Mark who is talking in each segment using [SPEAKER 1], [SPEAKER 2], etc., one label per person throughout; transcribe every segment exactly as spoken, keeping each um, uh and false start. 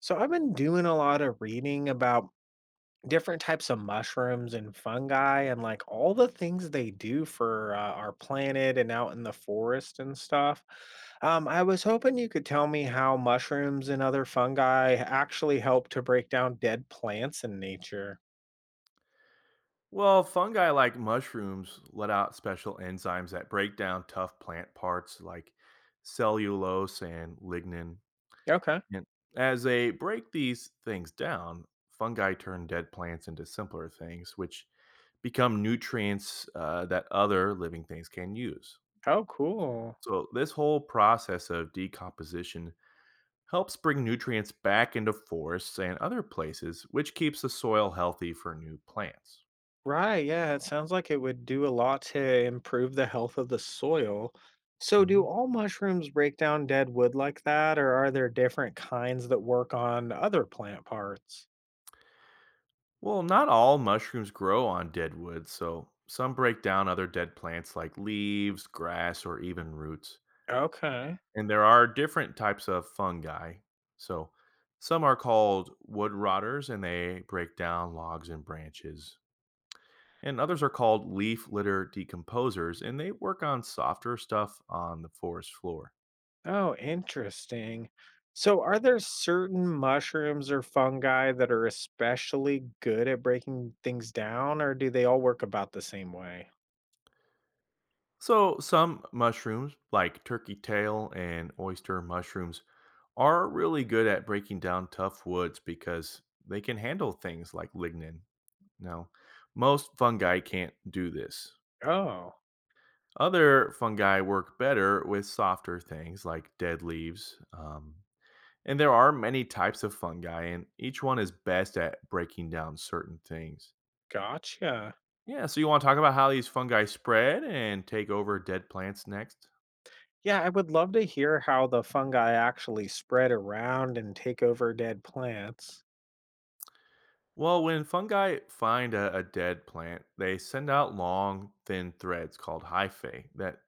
[SPEAKER 1] So I've been doing a lot of reading about different types of mushrooms and fungi and like all the things they do for uh, our planet and out in the forest and stuff. Um, I was hoping you could tell me how mushrooms and other fungi actually help to break down dead plants in nature.
[SPEAKER 2] Well, fungi like mushrooms let out special enzymes that break down tough plant parts like cellulose and lignin.
[SPEAKER 1] Okay.
[SPEAKER 2] And as they break these things down, fungi turn dead plants into simpler things, which become nutrients uh, that other living things can use.
[SPEAKER 1] Oh, cool.
[SPEAKER 2] So, this whole process of decomposition helps bring nutrients back into forests and other places, which keeps the soil healthy for new plants.
[SPEAKER 1] Right, yeah, it sounds like it would do a lot to improve the health of the soil. So,
[SPEAKER 2] Mm-hmm.
[SPEAKER 1] do all mushrooms break down dead wood like that, or are there different kinds that work on other plant parts?
[SPEAKER 2] Well, not all mushrooms grow on dead wood, so some break down other dead plants like leaves, grass, or even roots.
[SPEAKER 1] Okay.
[SPEAKER 2] And there are different types of fungi. So some are called wood rotters and they break down logs and branches. And others are called leaf litter decomposers and they work on softer stuff on the forest floor.
[SPEAKER 1] Oh, interesting. So, are there certain mushrooms or fungi that are especially good at breaking things down, or do they all work about the same way?
[SPEAKER 2] So some mushrooms, like turkey tail and oyster mushrooms, are really good at breaking down tough woods because they can handle things like lignin. Now, most fungi can't do this.
[SPEAKER 1] Oh,
[SPEAKER 2] Other fungi work better with softer things like dead leaves. Um, and there are many types of fungi, and each one is best at breaking down certain things.
[SPEAKER 1] gotcha.
[SPEAKER 2] Yeah, so you want to talk about how these fungi spread and take over dead plants next?
[SPEAKER 1] Yeah, I would love to hear how the fungi actually spread around and take over dead plants.
[SPEAKER 2] Well, when fungi find a, a dead plant, they send out long, thin threads called hyphae that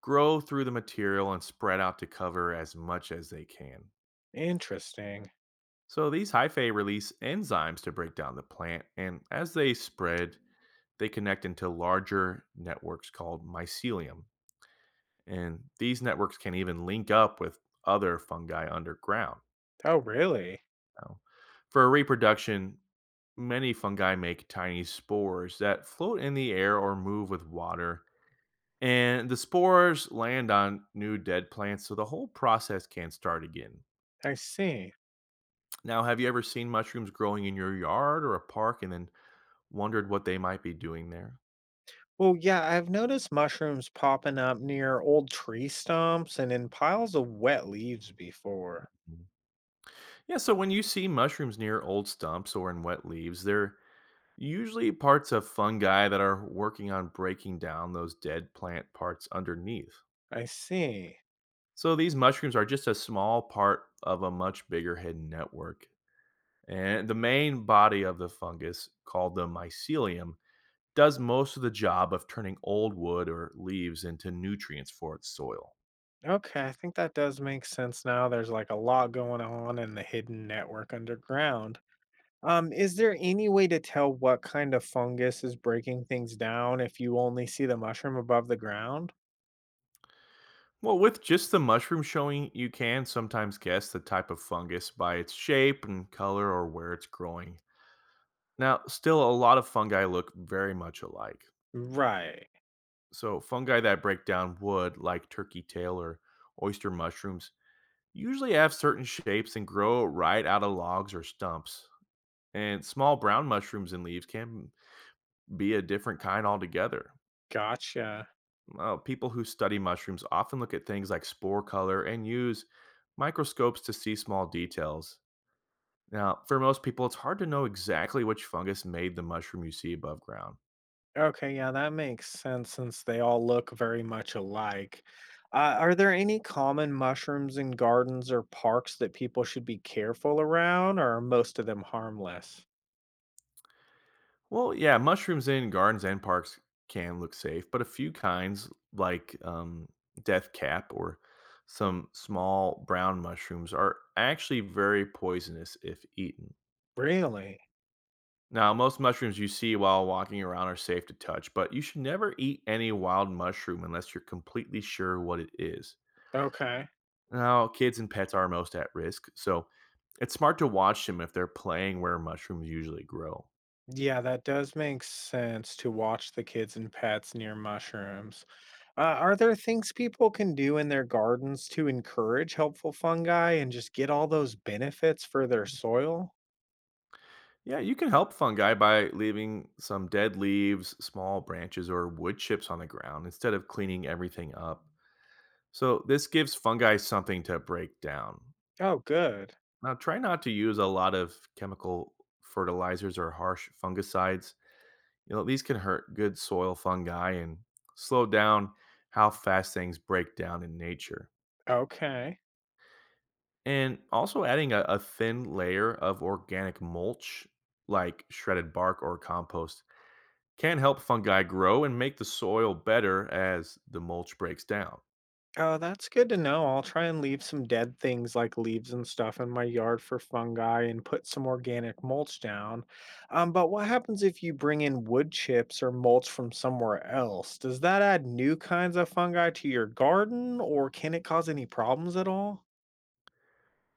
[SPEAKER 2] grow through the material and spread out to cover as much as they can.
[SPEAKER 1] Interesting.
[SPEAKER 2] So these hyphae release enzymes to break down the plant, and as they spread, they connect into larger networks called mycelium. And these networks can even link up with other fungi underground.
[SPEAKER 1] Oh, really?
[SPEAKER 2] Now, for reproduction, many fungi make tiny spores that float in the air or move with water. And the spores land on new dead plants, so the whole process can start again.
[SPEAKER 1] I see.
[SPEAKER 2] Now, have you ever seen mushrooms growing in your yard or a park and then wondered what they might be doing there?
[SPEAKER 1] Well, yeah, I've noticed mushrooms popping up near old tree stumps and in piles of wet leaves before.
[SPEAKER 2] Mhm. Yeah, so when you see mushrooms near old stumps or in wet leaves, they're usually parts of fungi that are working on breaking down those dead plant parts underneath.
[SPEAKER 1] I see.
[SPEAKER 2] So these mushrooms are just a small part of a much bigger hidden network. And the main body of the fungus, called the mycelium, does most of the job of turning old wood or leaves into nutrients for its soil.
[SPEAKER 1] Okay, I think that does make sense now. There's like a lot going on in the hidden network underground. Um, is there any way to tell what kind of fungus is breaking things down if you only see the mushroom above the ground?
[SPEAKER 2] Well, with just the mushroom showing, you can sometimes guess the type of fungus by its shape and color or where it's growing. Now, still, a lot of fungi look very much alike.
[SPEAKER 1] Right.
[SPEAKER 2] So, fungi that break down wood, like turkey tail or oyster mushrooms, usually have certain shapes and grow right out of logs or stumps. And small brown mushrooms and leaves can be a different kind altogether.
[SPEAKER 1] Gotcha.
[SPEAKER 2] Uh, people who study mushrooms often look at things like spore color and use microscopes to see small details. Now, for most people, it's hard to know exactly which fungus made the mushroom you see above ground.
[SPEAKER 1] Okay, yeah, that makes sense since they all look very much alike. Uh, are there any common mushrooms in gardens or parks that people should be careful around, or are most of them harmless?
[SPEAKER 2] Well, yeah, mushrooms in gardens and parks can look safe, but a few kinds, like um, death cap or some small brown mushrooms, are actually very poisonous if eaten.
[SPEAKER 1] Really?
[SPEAKER 2] Now, most mushrooms you see while walking around are safe to touch, but you should never eat any wild mushroom unless you're completely sure what it is.
[SPEAKER 1] Okay.
[SPEAKER 2] Now, kids and pets are most at risk, so it's smart to watch them if they're playing where mushrooms usually grow.
[SPEAKER 1] Yeah, that does make sense to watch the kids and pets near mushrooms. Uh, are there things people can do in their gardens to encourage helpful fungi and just get all those benefits for their soil?
[SPEAKER 2] Yeah, you can help fungi by leaving some dead leaves, small branches, or wood chips on the ground instead of cleaning everything up. So, this gives fungi something to break down.
[SPEAKER 1] Oh, good.
[SPEAKER 2] Now, try not to use a lot of chemical fertilizers or harsh fungicides. You know, these can hurt good soil fungi and slow down how fast things break down in nature.
[SPEAKER 1] Okay.
[SPEAKER 2] And also adding a, a thin layer of organic mulch, like shredded bark or compost, can help fungi grow and make the soil better as the mulch breaks down.
[SPEAKER 1] Oh, that's good to know. I'll try and leave some dead things like leaves and stuff in my yard for fungi and put some organic mulch down. Um, but what happens if you bring in wood chips or mulch from somewhere else? Does that add new kinds of fungi to your garden or can it cause any problems at all?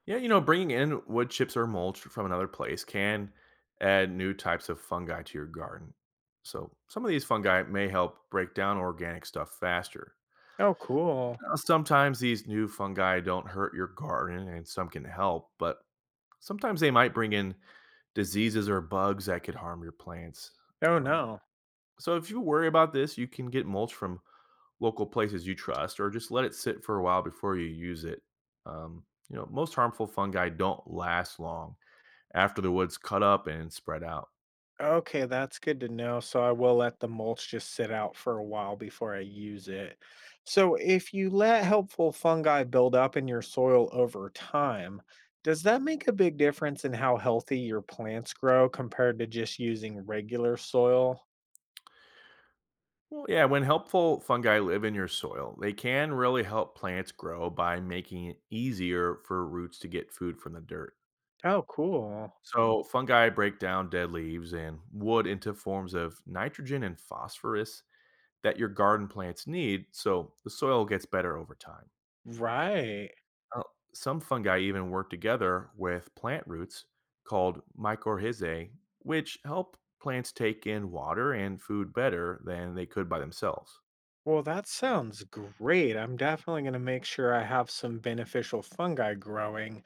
[SPEAKER 2] Yeah, you know, bringing in wood chips or mulch from another place can add new types of fungi to your garden. So, some of these fungi may help break down organic stuff faster.
[SPEAKER 1] Oh, cool.
[SPEAKER 2] Now, sometimes these new fungi don't hurt your garden and some can help, but sometimes they might bring in diseases or bugs that could harm your plants.
[SPEAKER 1] Oh,
[SPEAKER 2] Um,
[SPEAKER 1] no.
[SPEAKER 2] so if you worry about this, you can get mulch from local places you trust, or just let it sit for a while before you use it. Um, you know, most harmful fungi don't last long after the wood's cut up and spread out.
[SPEAKER 1] Okay, that's good to know. So I will let the mulch just sit out for a while before I use it. So if you let helpful fungi build up in your soil over time, does that make a big difference in how healthy your plants grow compared to just using regular soil?
[SPEAKER 2] Well, yeah, when helpful fungi live in your soil, they can really help plants grow by making it easier for roots to get food from the dirt.
[SPEAKER 1] Oh, cool.
[SPEAKER 2] So fungi break down dead leaves and wood into forms of nitrogen and phosphorus that your garden plants need, so the soil gets better over time.
[SPEAKER 1] Right.
[SPEAKER 2] Now, some fungi even work together with plant roots called mycorrhizae, which help plants take in water and food better than they could by themselves.
[SPEAKER 1] Well, that sounds great. I'm definitely going to make sure I have some beneficial fungi growing.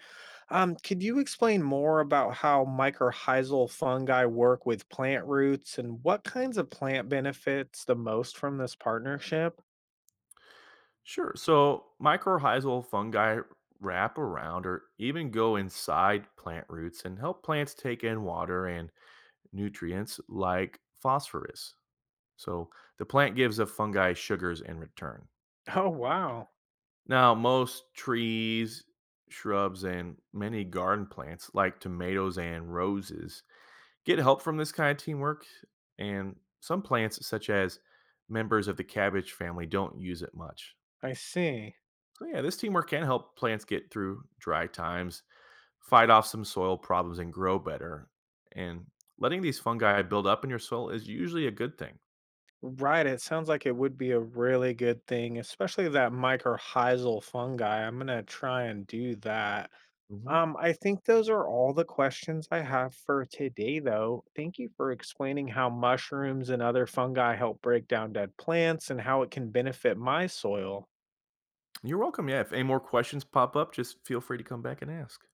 [SPEAKER 1] Um, could you explain more about how mycorrhizal fungi work with plant roots and what kinds of plant benefits the most from this partnership?
[SPEAKER 2] Sure, so mycorrhizal fungi wrap around or even go inside plant roots and help plants take in water and nutrients like phosphorus. So the plant gives the fungi sugars in return.
[SPEAKER 1] Oh, wow.
[SPEAKER 2] Now, most trees, shrubs, and many garden plants, like tomatoes and roses, get help from this kind of teamwork. And some plants, such as members of the cabbage family, don't use it much.
[SPEAKER 1] I see.
[SPEAKER 2] So, yeah, this teamwork can help plants get through dry times, fight off some soil problems, and grow better. And letting these fungi build up in your soil is usually a good thing.
[SPEAKER 1] Right. It sounds like it would be a really good thing, especially that mycorrhizal fungi. I'm going to try and do that. Um, I think those are all the questions I have for today, though. Thank you for explaining how mushrooms and other fungi help break down dead plants and how it can benefit my soil.
[SPEAKER 2] You're welcome. Yeah, if any more questions pop up, just feel free to come back and ask.